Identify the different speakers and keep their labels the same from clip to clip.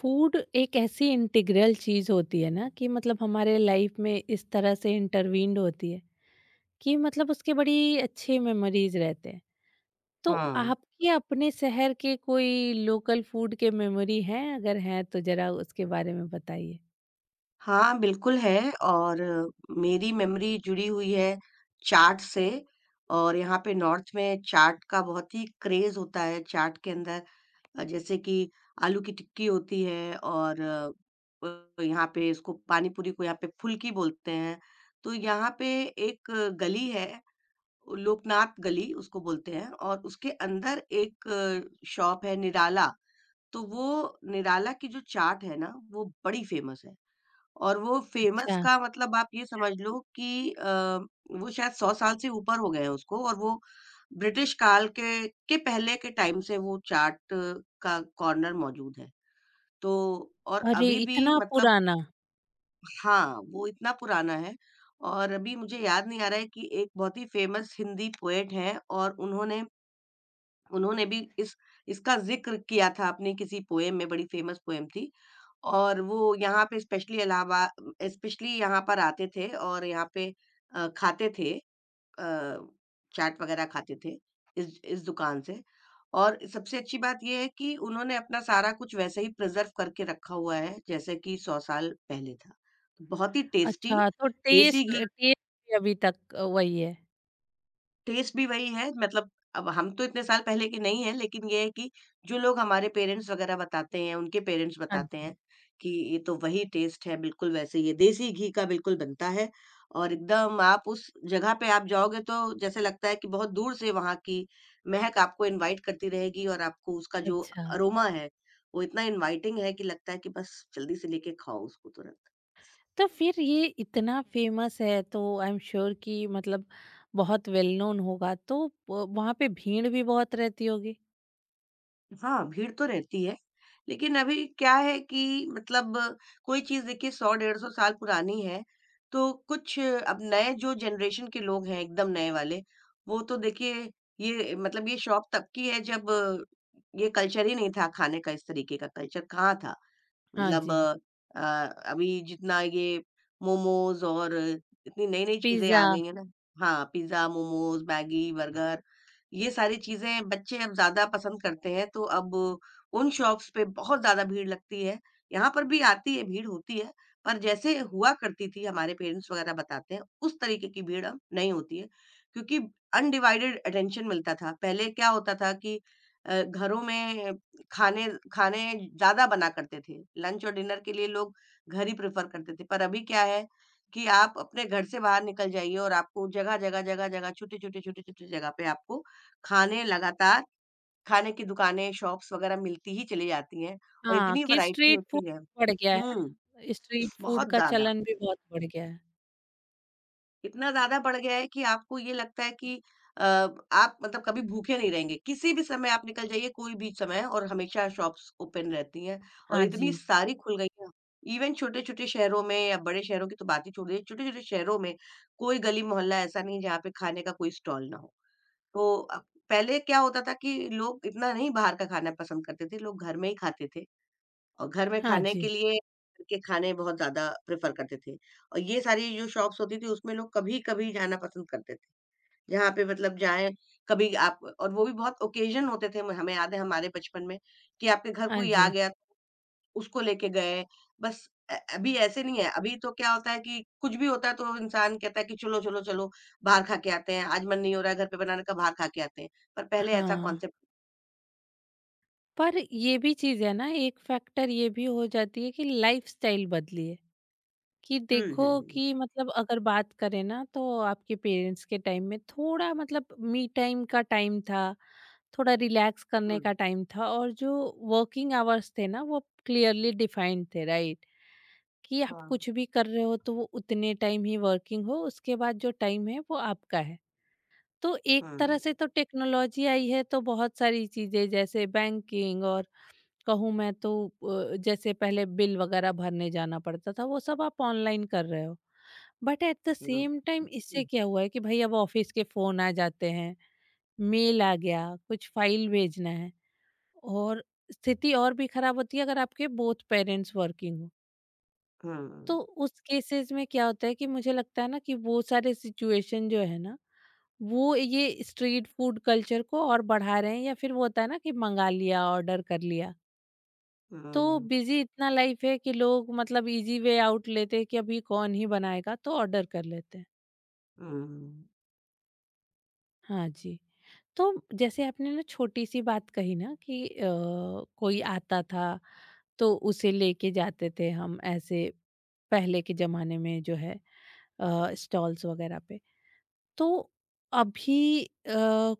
Speaker 1: Food एक ऐसी integral चीज होती है ना कि मतलब हमारे लाइफ में इस तरह से इंटरवीन्ड होती है कि मतलब उसके बड़ी अच्छे मेमोरीज रहते हैं। तो
Speaker 2: हाँ।
Speaker 1: आपके अपने शहर के कोई लोकल फूड के मेमोरी हैं, अगर हैं तो जरा उसके बारे में बताइए।
Speaker 2: हाँ, बिल्कुल है। और मेरी मेमोरी जुड़ी हुई है चाट से। और यहाँ पे नॉर्थ में चाट का बहुत ही क्रेज़ होता है, चाट के अंदर जैसे कि आलू की टिक्की होती है और यहाँ पे इसको पानी पूरी को यहाँ पे फुल्की बोलते हैं। तो यहाँ पे एक गली है, लोकनाथ गली उसको बोलते हैं और उसके अंदर एक शॉप है निराला, तो वो निराला की जो चाट है ना, वो बड़ी फ़ेमस है। और वो फ़ेमस
Speaker 1: अच्छा।
Speaker 2: का मतलब आप ये समझ लो कि वो शायद 100 साल से ऊपर हो गए हैं उसको और वो ब्रिटिश काल के पहले के टाइम से वो चाट का कॉर्नर मौजूद है। तो और
Speaker 1: अरे
Speaker 2: अभी भी
Speaker 1: इतना
Speaker 2: मतलब,
Speaker 1: पुराना।
Speaker 2: हाँ, वो इतना पुराना है। और अभी मुझे याद नहीं आ रहा है कि एक बहुत ही फ़ेमस हिंदी पोएट हैं और उन्होंने उन्होंने भी इस इसका ज़िक्र किया था अपनी किसी पोएम में, बड़ी फ़ेमस पोएम थी। और वो यहाँ पे स्पेशली यहाँ पर आते थे और यहाँ पे खाते थे, अ, चाट वगैरह खाते थे इस दुकान से। और सबसे अच्छी बात ये है कि उन्होंने अपना सारा कुछ वैसे ही प्रिज़र्व करके रखा हुआ है, जैसे कि 100 साल पहले था। बहुत ही टेस्टी
Speaker 1: अच्छा, तो
Speaker 2: देसी
Speaker 1: टेस्ट
Speaker 2: घी।
Speaker 1: टेस्ट भी अभी तक वही है।
Speaker 2: टेस्ट भी वही है, मतलब अब हम तो इतने साल पहले के नहीं हैं, लेकिन ये है कि जो लोग हमारे पेरेंट्स वगैरह बताते हैं, उनके पेरेंट्स
Speaker 1: हाँ
Speaker 2: बताते
Speaker 1: जी।
Speaker 2: हैं कि ये तो वही टेस्ट है, बिल्कुल वैसे ही है। देसी घी का बिल्कुल बनता है और एकदम आप उस जगह पे आप जाओगे तो जैसे लगता है कि बहुत दूर से वहाँ की महक आपको इन्वाइट करती रहेगी और आपको उसका जो
Speaker 1: अच्छा,
Speaker 2: अरोमा है, वो इतना इन्वाइटिंग है कि लगता है कि बस जल्दी से लेके खाओ उसको तुरंत।
Speaker 1: तो फिर ये इतना फेमस है तो आई एम श्योर कि मतलब बहुत वेल नोन होगा, तो वहाँ पे भीड़ भी बहुत रहती होगी।
Speaker 2: हाँ, भीड़ तो रहती है, लेकिन अभी क्या है कि मतलब कोई चीज़ देखिए 100-150 साल पुरानी है, तो कुछ अब नए जो जनरेशन के लोग हैं, एकदम नए वाले, वो तो देखिए ये मतलब ये शौक तब की है जब ये कल्चर ही नहीं था खाने का, इस तरीके का कल्चर कहाँ था?
Speaker 1: हाँ
Speaker 2: मतलब
Speaker 1: जी।
Speaker 2: अ, अभी जितना ये मोमोज़ और इतनी नई-नई चीज़ें
Speaker 1: पिज्जा।
Speaker 2: आ गई हैं ना। हाँ, पिज़्ज़ा, मोमोज़, मैगी, बर्गर, ये सारी चीज़ें बच्चे अब ज़्यादा पसंद करते हैं, तो अब उन शॉप्स पे बहुत ज़्यादा भीड़ लगती है। यहाँ पर भी आती है, भीड़ होती है, पर जैसे हुआ करती थी हमारे पेरेंट्स वगैरह बताते हैं, उस तरीके की भीड़ अब नहीं होती है, क्योंकि अनडिवाइडेड अटेंशन मिलता था। पहले क्या होता था कि घरों में खाने खाने ज़्यादा बना करते थे। लंच और डिनर के लिए लोग घर ही प्रेफ़र करते थे। पर अभी क्या है कि आप अपने घर से बाहर निकल जाइए और आपको जगह-जगह, जगह-जगह, छोटे-छोटे, छोटे-छोटे जगह पे आपको खाने लगातार खाने की दुकानें, शॉप्स वग़ैरह मिलती ही चली जाती हैं और
Speaker 1: हाँ
Speaker 2: इतनी
Speaker 1: कि
Speaker 2: वैरायटी
Speaker 1: स्ट्रीट फूड
Speaker 2: होती है।
Speaker 1: बढ़ गया है
Speaker 2: हुँ,
Speaker 1: ना, स्ट्रीट फूड
Speaker 2: बहुत
Speaker 1: का
Speaker 2: ज़्यादा।
Speaker 1: चलन भी बहुत बढ़ गया है।
Speaker 2: इतना ज़्यादा बढ़ गया है कि आपको ये लगता है कि अ, आप मतलब कभी भूखे नहीं रहेंगे। किसी भी समय आप निकल जाइए, कोई भी समय, और हमेशा शॉप्स ओपन रहती हैं और
Speaker 1: हाँ
Speaker 2: इतनी
Speaker 1: जी।
Speaker 2: सारी खुल गई हैं। इवन छोटे-छोटे शहरों में, या बड़े शहरों की तो बात ही छोड़ दीजिए, छोटे-छोटे शहरों में कोई गली-मोहल्ला ऐसा नहीं है जहाँ पे खाने का कोई स्टॉल ना हो। तो पहले क्या होता था कि लोग इतना नहीं बाहर का खाना पसंद करते थे, लोग घर में ही खाते थे। और घर में
Speaker 1: हाँ
Speaker 2: खाने के
Speaker 1: जी।
Speaker 2: लिए घर के खाने बहुत ज़्यादा प्रेफ़र करते थे और ये सारी जो शॉप्स होती थी उसमें लोग कभी-कभी जाना पसंद करते थे। जहाँ पे मतलब जाएँ कभी आप, और वो भी बहुत ओकेज़न होते थे, हमें याद है हमारे बचपन में कि आपके घर
Speaker 1: हाँ
Speaker 2: कोई आ
Speaker 1: जी।
Speaker 2: गया, तो उसको लेके गए। बस अभी ऐसे नहीं है, अभी तो क्या होता है कि कुछ भी होता है तो इंसान कहता है कि चलो, चलो, चलो बाहर खा के आते हैं, आज मन नहीं हो रहा है घर पे बनाने का, बाहर खा के आते हैं, पर पहले ऐसा
Speaker 1: हाँ,
Speaker 2: कॉन्सेप्ट।
Speaker 1: पर ये भी चीज है ना, एक फैक्टर ये भी हो जाती है कि लाइफस्टाइल बदली है। कि
Speaker 2: हुँ,
Speaker 1: देखो
Speaker 2: हुँ, हुँ।
Speaker 1: कि मतलब अगर बात करें ना तो आपके पेरेंट्स के टाइम में थोड़ा मतलब मी टाइम का टाइम था, थोड़ा रिलैक्स
Speaker 2: हुँ।
Speaker 1: करने का टाइम था और जो वर्किंग आवर्स थे ना वो क्लियरली डिफाइंड थे, राइट? कि आप
Speaker 2: हाँ।
Speaker 1: कुछ भी कर रहे हो तो वो उतने टाइम ही वर्किंग हो, उसके बाद जो टाइम है वो आपका है। तो एक तरह
Speaker 2: हुँ,
Speaker 1: से तो टेक्नोलॉजी आई है तो बहुत सारी चीज़ें जैसे बैंकिंग और कहूँ मैं तो जैसे पहले बिल वगैरह भरने जाना पड़ता था, वो सब आप ऑनलाइन कर रहे हो। But at the
Speaker 2: hmm,
Speaker 1: same time इससे क्या हुआ है कि भाई अब ऑफिस के फोन आ जाते हैं, मेल आ गया, कुछ फाइल भेजना है। और स्थिति और भी खराब होती है अगर आपके बोथ पेरेंट्स वर्किंग हो।
Speaker 2: हुँ,
Speaker 1: तो
Speaker 2: हुँ।
Speaker 1: उस केसेस में क्या होता है कि मुझे लगता है ना कि वो सारे सिचुएशन जो है ना, वो ये स्ट्रीट फूड कल्चर को और बढ़ा रहे हैं, या फिर वो होता है ना कि मंगा लिया, ऑर्डर कर लिया। तो
Speaker 2: 嗯
Speaker 1: बिजी इतना लाइफ है कि लोग मतलब इजी वे आउट लेते हैं कि अभी कौन ही बनाएगा, तो ऑर्डर कर लेते हैं।
Speaker 2: 嗯，
Speaker 1: हाँ जी। तो जैसे आपने ना छोटी सी बात कही ना कि कोई आता था तो उसे लेके जाते थे हम, ऐसे पहले के जमाने में जो है, स्टॉल्स वगैरह पे। तो अभी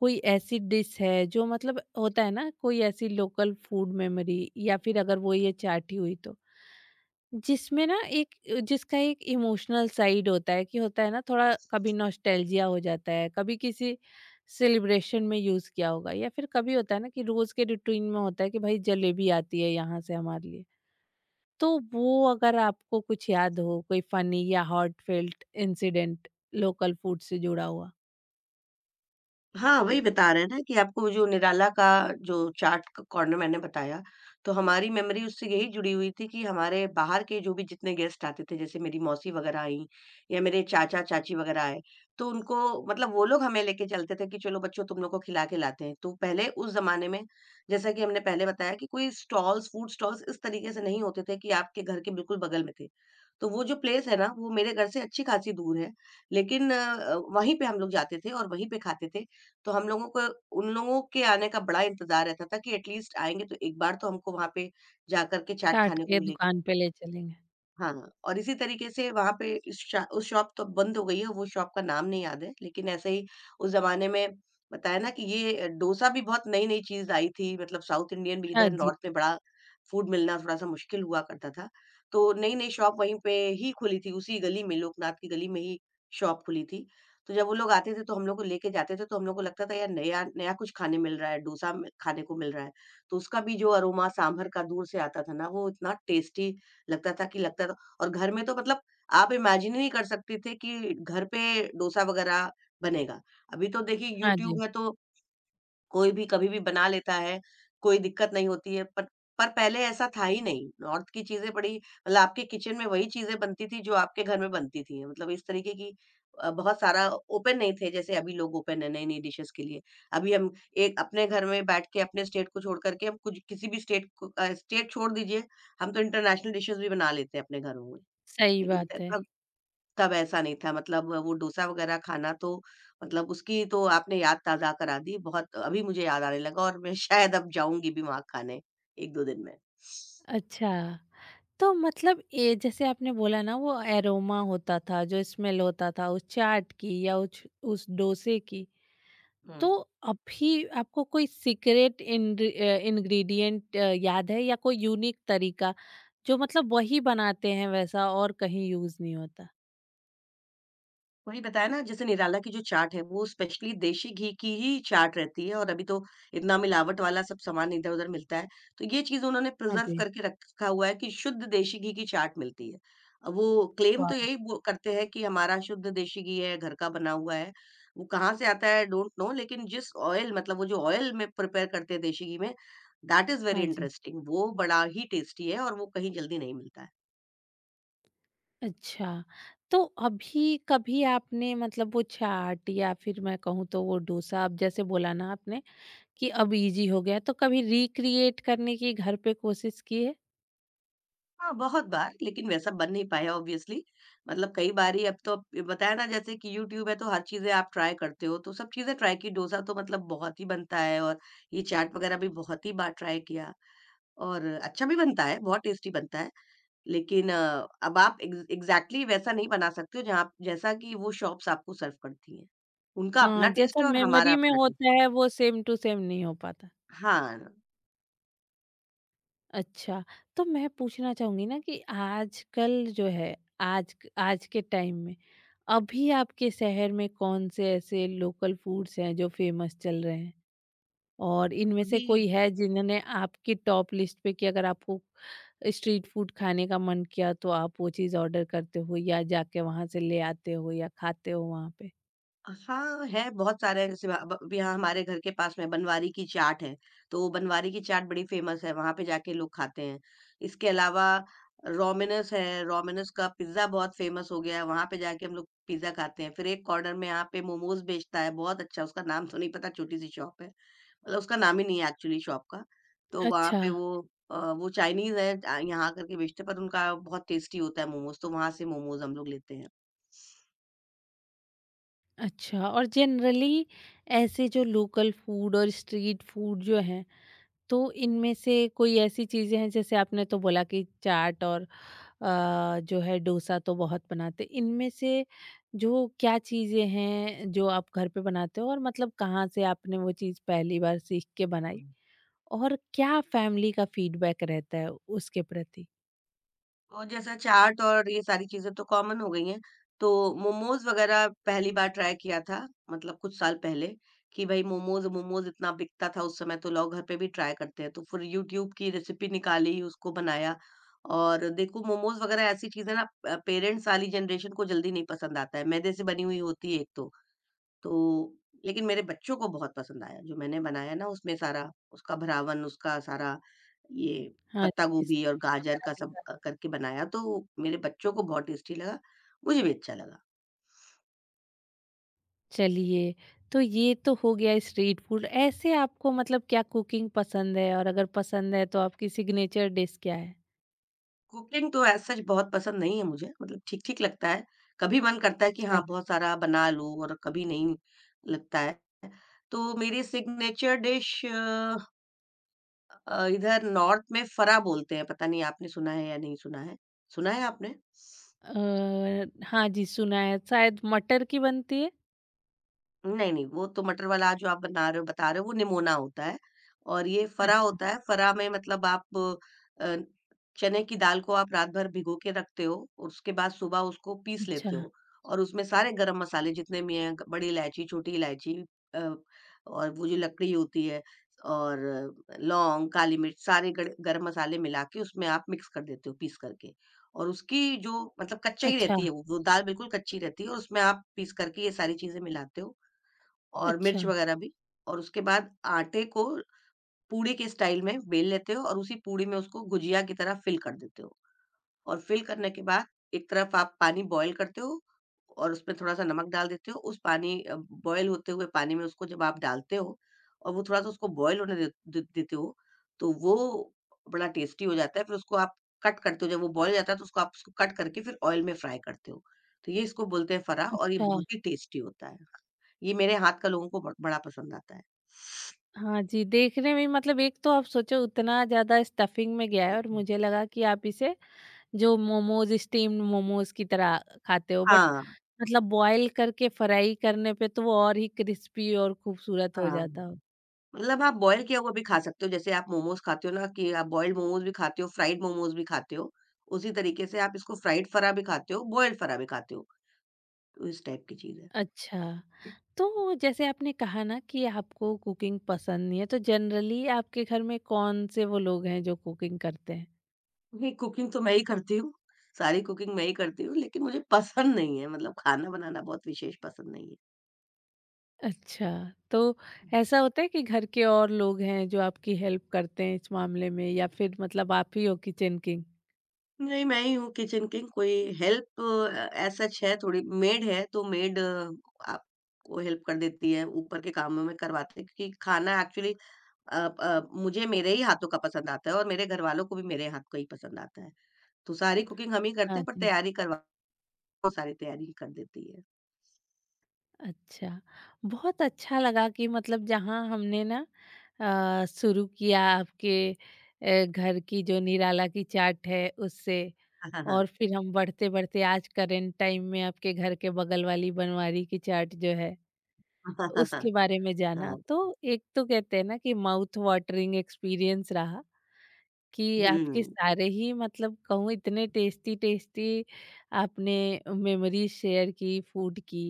Speaker 1: कोई ऐसी डिश है जो मतलब होता है ना कोई ऐसी लोकल फूड मेमोरी, या फिर अगर वो ये चाटी हुई, तो जिसमें ना एक जिसका एक इमोशनल साइड होता है कि होता है ना थोड़ा, कभी नॉस्टैल्जिया हो जाता है, कभी किसी सेलिब्रेशन में यूज किया होगा, या फिर कभी होता है ना कि रोज के रूटीन में होता है कि भाई जलेबी आती है यहाँ से हमारे लिए। तो वो अगर आपको कुछ याद हो, कोई फनी या हॉटफेल्ट इंसिडेंट लोकल फूड से जुड़ा हुआ।
Speaker 2: हाँ, वही बता रहे हैं ना कि आपको जो निराला का जो चाट क कॉर्नर मैंने बताया, तो हमारी मेमोरी उससे यही जुड़ी हुई थी कि हमारे बाहर के जो भी जितने गेस्ट आते थे, जैसे मेरी मौसी वग़ैरह आईं या मेरे चाचा-चाची वग़ैरह आए, तो उनको मतलब वो लोग हमें लेके चलते थे कि चलो बच्चों तुम लोग को खिला के लाते हैं। तो पहले उस ज़माने में, जैसा कि हमने पहले बताया कि कोई स्टॉल्स, फूड स्टॉल्स इस तरीके से नहीं होते थे कि आपके घर के बिल्कुल बगल में थे। तो वो जो प्लेस है ना, वो मेरे घर से अच्छी-खासी दूर है, लेकिन वहीं पे हम लोग जाते थे और वहीं पे खाते थे। तो हम लोगों को उन लोगों के आने का बड़ा इंतज़ार रहता था कि एट लीस्ट आएँगे तो एक बार तो हमको वहाँ पे जा कर के चाट
Speaker 1: चाट
Speaker 2: खाने को
Speaker 1: के
Speaker 2: मिलेगी।
Speaker 1: दुकान पे ले चलेंगे।
Speaker 2: हाँ, और इसी तरीके से वहाँ पे इस शा उस शॉप तो बंद हो गई है, वो शॉप का नाम नहीं याद है, लेकिन ऐसे ही उस ज़माने में बताया ना कि ये डोसा भी बहुत नई-नई चीज़ आई थी, मतलब साउथ इंडियन भी
Speaker 1: हाँ
Speaker 2: इधर
Speaker 1: जी।
Speaker 2: नॉर्थ में बड़ा फूड मिलना थोड़ा-सा मुश्किल हुआ करता था। तो नई-नई शॉप वहीं पे ही खुली थी, उसी गली में, लोकनाथ की गली में ही शॉप खुली थी। तो जब वो लोग आते थे, तो हम लोग को लेके जाते थे, तो हम लोग को लगता था यार नया नया कुछ खाने मिल रहा है, डोसा म खाने को मिल रहा है। तो उसका भी जो अरोमा सांभर का दूर से आता था ना, वो इतना टेस्टी लगता था कि लगता था, और घर में तो मतलब आप इमेजिन ही नहीं कर सकते थे कि घर पे डोसा वगैरह बनेगा। अभी तो देखिए
Speaker 1: हाँ
Speaker 2: यूट्यूब
Speaker 1: जी।
Speaker 2: है तो कोई भी कभी भी बना लेता है, कोई दिक्कत नहीं होती है। पर पहले ऐसा था ही नहीं। नॉर्थ की चीज़ें बड़ी मतलब आपके किचन में वही चीज़ें बनती थी जो आपके घर में बनती थी। मतलब इस तरीके की बहुत सारा ओपन नहीं थे जैसे अभी लोग ओपन हैं नई-नई डिशेज़ के लिए। अभी हम एक अपने घर में बैठ के अपने स्टेट को छोड़ कर के हम कुछ किसी भी स्टेट को स्टेट छोड़ दीजिए, हम तो इंटरनेशनल डिशेज़ भी बना लेते हैं अपने घरों में।
Speaker 1: सही
Speaker 2: लेकिन
Speaker 1: बात है।
Speaker 2: तब ऐसा नहीं था, मतलब वो डोसा वगैरह खाना तो, मतलब उसकी तो आपने याद ताज़ा करा दी। बहुत अभी मुझे याद आने लगा और मैं शायद अब जाऊँगी भी वहाँ खाने 1-2 दिन में।
Speaker 1: अच्छा, तो मतलब ये जैसे आपने बोला ना वो एरोमा होता था, जो स्मेल होता था उस चाट की या उस डोसे की।
Speaker 2: हुँ।
Speaker 1: तो अभी आपको कोई सीक्रेट इंग्रेडिएंट याद है या कोई यूनिक तरीका जो मतलब वही बनाते हैं वैसा और कहीं यूज नहीं होता।
Speaker 2: वही बताया ना, जैसे निराला की जो चाट है वो स्पेशली देशी घी की ही चाट रहती है और अभी तो इतना मिलावट वाला सब सामान इधर-उधर मिलता है। तो ये चीज़ उन्होंने
Speaker 1: हाँ
Speaker 2: प्रिज़र्व
Speaker 1: जी।
Speaker 2: करके रखा हुआ है कि शुद्ध देशी घी की चाट मिलती है। वो क्लेम
Speaker 1: वाह।
Speaker 2: तो यही वो करते हैं कि हमारा शुद्ध देशी घी है, घर का बना हुआ है। वो कहाँ से आता है डोंट नो, लेकिन जिस ऑयल मतलब वो जो ऑयल में प्रिपेयर करते हैं देशी घी में, दैट इज़ वेरी
Speaker 1: हाँ जी।
Speaker 2: इंटरेस्टिंग, वो बड़ा ही टेस्टी है और वो कहीं जल्दी नहीं मिलता है।
Speaker 1: अच्छा, तो अभी कभी आपने मतलब वो चाट या फिर मैं कहूँ तो वो डोसा, आप जैसे बोला ना आपने कि अब इजी हो गया है, तो कभी रिक्रिएट करने की घर पे कोशिश की है?
Speaker 2: हाँ, बहुत बार, लेकिन वैसा बन नहीं पाया ऑब्वियसली। मतलब कई बारी, अब तो बताया ना जैसे कि यूट्यूब है तो हर चीज़ें आप ट्राई करते हो, तो सब चीज़ें ट्राई की। डोसा तो मतलब बहुत ही बनता है और ये चाट वगैरह भी बहुत ही बार ट्राई किया और अच्छा भी बनता है, बहुत टेस्टी बनता है। लेकिन अब आप एग्ज़ैक्टली वैसा नहीं बना सकते हो जहाँ जैसा कि वो शॉप्स आपको सर्व करती हैं। उनका
Speaker 1: हाँ,
Speaker 2: अपना टेस्ट
Speaker 1: जैसा
Speaker 2: है और हमारा
Speaker 1: मेमोरी में
Speaker 2: अपना टेस्ट
Speaker 1: होता
Speaker 2: है।
Speaker 1: है वो सेम टू सेम नहीं हो पाता।
Speaker 2: हाँ,
Speaker 1: अच्छा, तो मैं पूछना चाहूँगी ना कि आजकल जो है, आज के टाइम में अभी आपके शहर में कौन से ऐसे लोकल फूड्स हैं जो फेमस चल रहे हैं? और इनमें से
Speaker 2: अभी।
Speaker 1: कोई है जिन्होंने आपकी टॉप लिस्ट पे, कि अगर आपको स्ट्रीट फूड खाने का मन किया तो आप वो चीज़ ऑर्डर करते हो या जाके वहाँ से ले आते हो या खाते हो वहाँ पे?
Speaker 2: हाँ, है, बहुत सारे हैं जैसे अब यहाँ हमारे घर के पास में बनवारी की चाट है, तो वो बनवारी की चाट बड़ी फ़ेमस है, वहाँ पे जाके लोग खाते हैं। इसके अलावा रोमिनस है, रोमिनस का पिज़्ज़ा बहुत फ़ेमस हो गया है, वहाँ पे जाके हम लोग पिज़्ज़ा खाते हैं। फिर एक कॉर्नर में यहाँ पे मोमोज़ बेचता है, बहुत अच्छा, उसका नाम तो नहीं पता, छोटी-सी शॉप है, मतलब उसका नाम ही नहीं है एक्चुअली शॉप का। तो वहाँ
Speaker 1: अच्छा।
Speaker 2: पे वो चाइनीज़ है, यहाँ आकर के बेचते हैं पर उनका बहुत टेस्टी होता है मोमोज़, तो वहाँ से मोमोज़ हम लोग लेते
Speaker 1: अच्छा, और जनरली ऐसे जो लोकल फूड और स्ट्रीट फूड जो हैं, तो इनमें से कोई ऐसी चीज़ें हैं जैसे आपने तो बोला कि चाट और जो है डोसा तो बहुत बनाते। इनमें से जो क्या चीज़ें हैं जो आप घर पे बनाते हो और मतलब कहाँ से आपने वो चीज़ पहली बार सीख के बनाई?
Speaker 2: हैं।
Speaker 1: और क्या फैमिली का फीडबैक रहता है उसके प्रति?
Speaker 2: और जैसा चाट और ये सारी चीज़ें तो कॉमन हो गई हैं। तो मोमोज़ वग़ैरह पहली बार ट्राई किया था, मतलब कुछ साल पहले, कि भई मोमोज़ मोमोज़ इतना बिकता था उस समय, तो लोग घर पे भी ट्राई करते हैं। तो फिर यूट्यूब की रेसिपी निकाली, उसको बनाया। और देखो मोमोज़ वग़ैरह ऐसी चीज़ है ना, पेरेंट्स वाली जनरेशन को जल्दी नहीं पसंद आता है। मैदे से बनी हुई होती है एक तो। तो लेकिन मेरे बच्चों को बहुत पसंद आया, जो मैंने बनाया ना उसमें सारा उसका भरावन, उसका सारा ये
Speaker 1: हाँ
Speaker 2: पत्ता
Speaker 1: जी।
Speaker 2: गोभी और
Speaker 1: स्टीम
Speaker 2: गाजर
Speaker 1: वगैरह
Speaker 2: का
Speaker 1: के
Speaker 2: सब
Speaker 1: साथ।
Speaker 2: करके बनाया तो मेरे बच्चों को बहुत टेस्टी लगा, मुझे भी अच्छा लगा।
Speaker 1: चलिए, तो ये तो हो गया स्ट्रीट फूड। ऐसे आपको मतलब क्या कुकिंग पसंद है, और अगर पसंद है तो आपकी सिग्नेचर डिश क्या है?
Speaker 2: कुकिंग तो ऐज़ सच बहुत पसंद नहीं है मुझे, मतलब ठीक-ठीक लगता है। कभी मन करता है कि हाँ,
Speaker 1: अच्छा।
Speaker 2: बहुत सारा बना लूँ, और कभी नहीं लगता है। तो मेरी सिग्नेचर डिश, इधर नॉर्थ में फरा बोलते हैं, पता नहीं आपने सुना है या नहीं सुना है? सुना है आपने?
Speaker 1: हाँ जी, सुना है, शायद मटर की बनती है।
Speaker 2: नहीं, नहीं, वो तो मटर वाला जो आप बना रहे हो बता रहे हो वो निमोना होता है, और ये फरा
Speaker 1: अच्छा।
Speaker 2: होता है। फरा में मतलब आप अ, चने की दाल को आप रात भर भिगो के रखते हो, और उसके बाद सुबह उसको पीस
Speaker 1: अच्छा।
Speaker 2: लेते हो, और उसमें सारे गरम मसाले जितने भी हैं, बड़ी इलायची, छोटी इलायची, अ, और वो जो लकड़ी होती है, और लौंग, काली मिर्च, सारे गड़ गरम मसाले मिला के उसमें आप मिक्स कर देते हो पीस करके, और उसकी जो मतलब कच्चा ही
Speaker 1: अच्छा।
Speaker 2: रहती है वो दाल बिल्कुल कच्ची रहती है और उसमें आप पीस करके ये सारी चीज़ें मिलाते हो, और मिर्च
Speaker 1: अच्छा।
Speaker 2: वगैरह भी। और उसके बाद आटे को पूड़ी के स्टाइल में बेल लेते हो और उसी पूड़ी में उसको गुजिया की तरह फिल कर देते हो, और फिल करने के बाद एक तरफ आप पानी बॉयल करते हो और उसमें थोड़ा-सा नमक डाल देते हो। उस पानी, बॉयल होते हुए पानी में उसको जब आप डालते हो और वो थोड़ा-सा उसको बॉयल होने दे दे देते हो, तो वो बड़ा टेस्टी हो जाता है। फिर उसको आप कट करते हो, जब वो बॉयल हो जाता है तो उसको कट करके फिर ऑयल में फ्राई करते हो। तो ये इसको बोलते हैं फराह, और ये
Speaker 1: अच्छा।
Speaker 2: बहुत ही टेस्टी होता है। ये मेरे हाथ का लोगों को ब बड़ा पसंद आता है।
Speaker 1: हाँ जी, देखने में मतलब एक तो आप सोचो उतना ज्यादा स्टफिंग में गया है और मुझे लगा कि आप इसे जो मोमोज स्टीम्ड मोमोज की तरह खाते हो, बट
Speaker 2: हाँ,
Speaker 1: मतलब बॉईल करके फ्राई करने पे तो वो और ही क्रिस्पी और खूबसूरत हो
Speaker 2: हाँ।
Speaker 1: जाता।
Speaker 2: मतलब आप बॉयल किया हुआ भी खा सकते हो, जैसे आप मोमोज़ खाते हो ना कि आप बॉइल्ड मोमोज़ भी खाते हो, फ्राइड मोमोज़ भी खाते हो, उसी तरीके से आप इसको फ्राइड फरा भी खाते हो, बॉइल्ड फरा भी खाते हो। तो इस टाइप की चीज़ है।
Speaker 1: अच्छा, तो जैसे आपने कहा ना कि आपको कुकिंग पसंद नहीं है, तो जनरली आपके घर में कौन से वो लोग हैं जो कुकिंग करते हैं?
Speaker 2: नहीं, कुकिंग तो मैं ही करती हूँ, सारी कुकिंग मैं ही करती हूँ, लेकिन मुझे पसंद नहीं है, मतलब खाना बनाना बहुत विशेष पसंद नहीं है।
Speaker 1: अच्छा, तो ऐसा होता है कि घर के और लोग हैं जो आपकी हेल्प करते हैं इस मामले में, या फिर मतलब आप ही हो किचन किंग?
Speaker 2: नहीं, मैं ही हूँ किचन किंग, कोई हेल्प एज़ सच है, थोड़ी मेड है, तो मेड आपको हेल्प कर देती है, ऊपर के कामों में करवाती है, क्योंकि खाना एक्चुअली मुझे मेरे ही हाथों का पसंद आता है और मेरे घरवालों को भी मेरे हाथ का ही पसंद आता है। तो सारी कुकिंग हम ही करते
Speaker 1: हाँ
Speaker 2: हैं, पर
Speaker 1: जी।
Speaker 2: तैयारी करवा वो सारी तैयारी ही कर देती है।
Speaker 1: अच्छा, बहुत अच्छा लगा कि मतलब जहाँ हमने ना शुरू किया आपके घर की जो निराला की चाट है उससे,
Speaker 2: हाँ, हाँ,
Speaker 1: और फिर हम बढ़ते-बढ़ते आज करंट टाइम में आपके घर के बगल वाली बनवारी की चाट जो है,
Speaker 2: हाँ।
Speaker 1: उसके बारे में जाना।
Speaker 2: हाँ,
Speaker 1: तो एक तो कहते हैं ना कि माउथ वाटरिंग एक्सपीरियंस रहा कि आपके
Speaker 2: हुँ,
Speaker 1: सारे ही मतलब कहूँ इतने टेस्टी टेस्टी आपने मेमोरी शेयर की फूड की,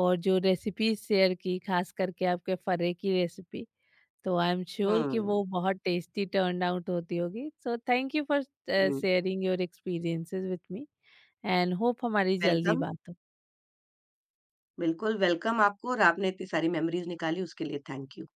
Speaker 1: और जो रेसिपीज शेयर की खास करके आपके फरे की रेसिपी। तो आई एम श्योर कि
Speaker 2: हुँ,
Speaker 1: वो बहुत टेस्टी टर्न आउट होती होगी। So thank you for
Speaker 2: hmm.
Speaker 1: Sharing your experiences with me, and hope हमारी जल्दी
Speaker 2: वेलकम,
Speaker 1: बात हो।
Speaker 2: बिल्कुल वेलकम आपको, और आपने इतनी सारी मेमोरीज़ निकाली उसके लिए थैंक यू।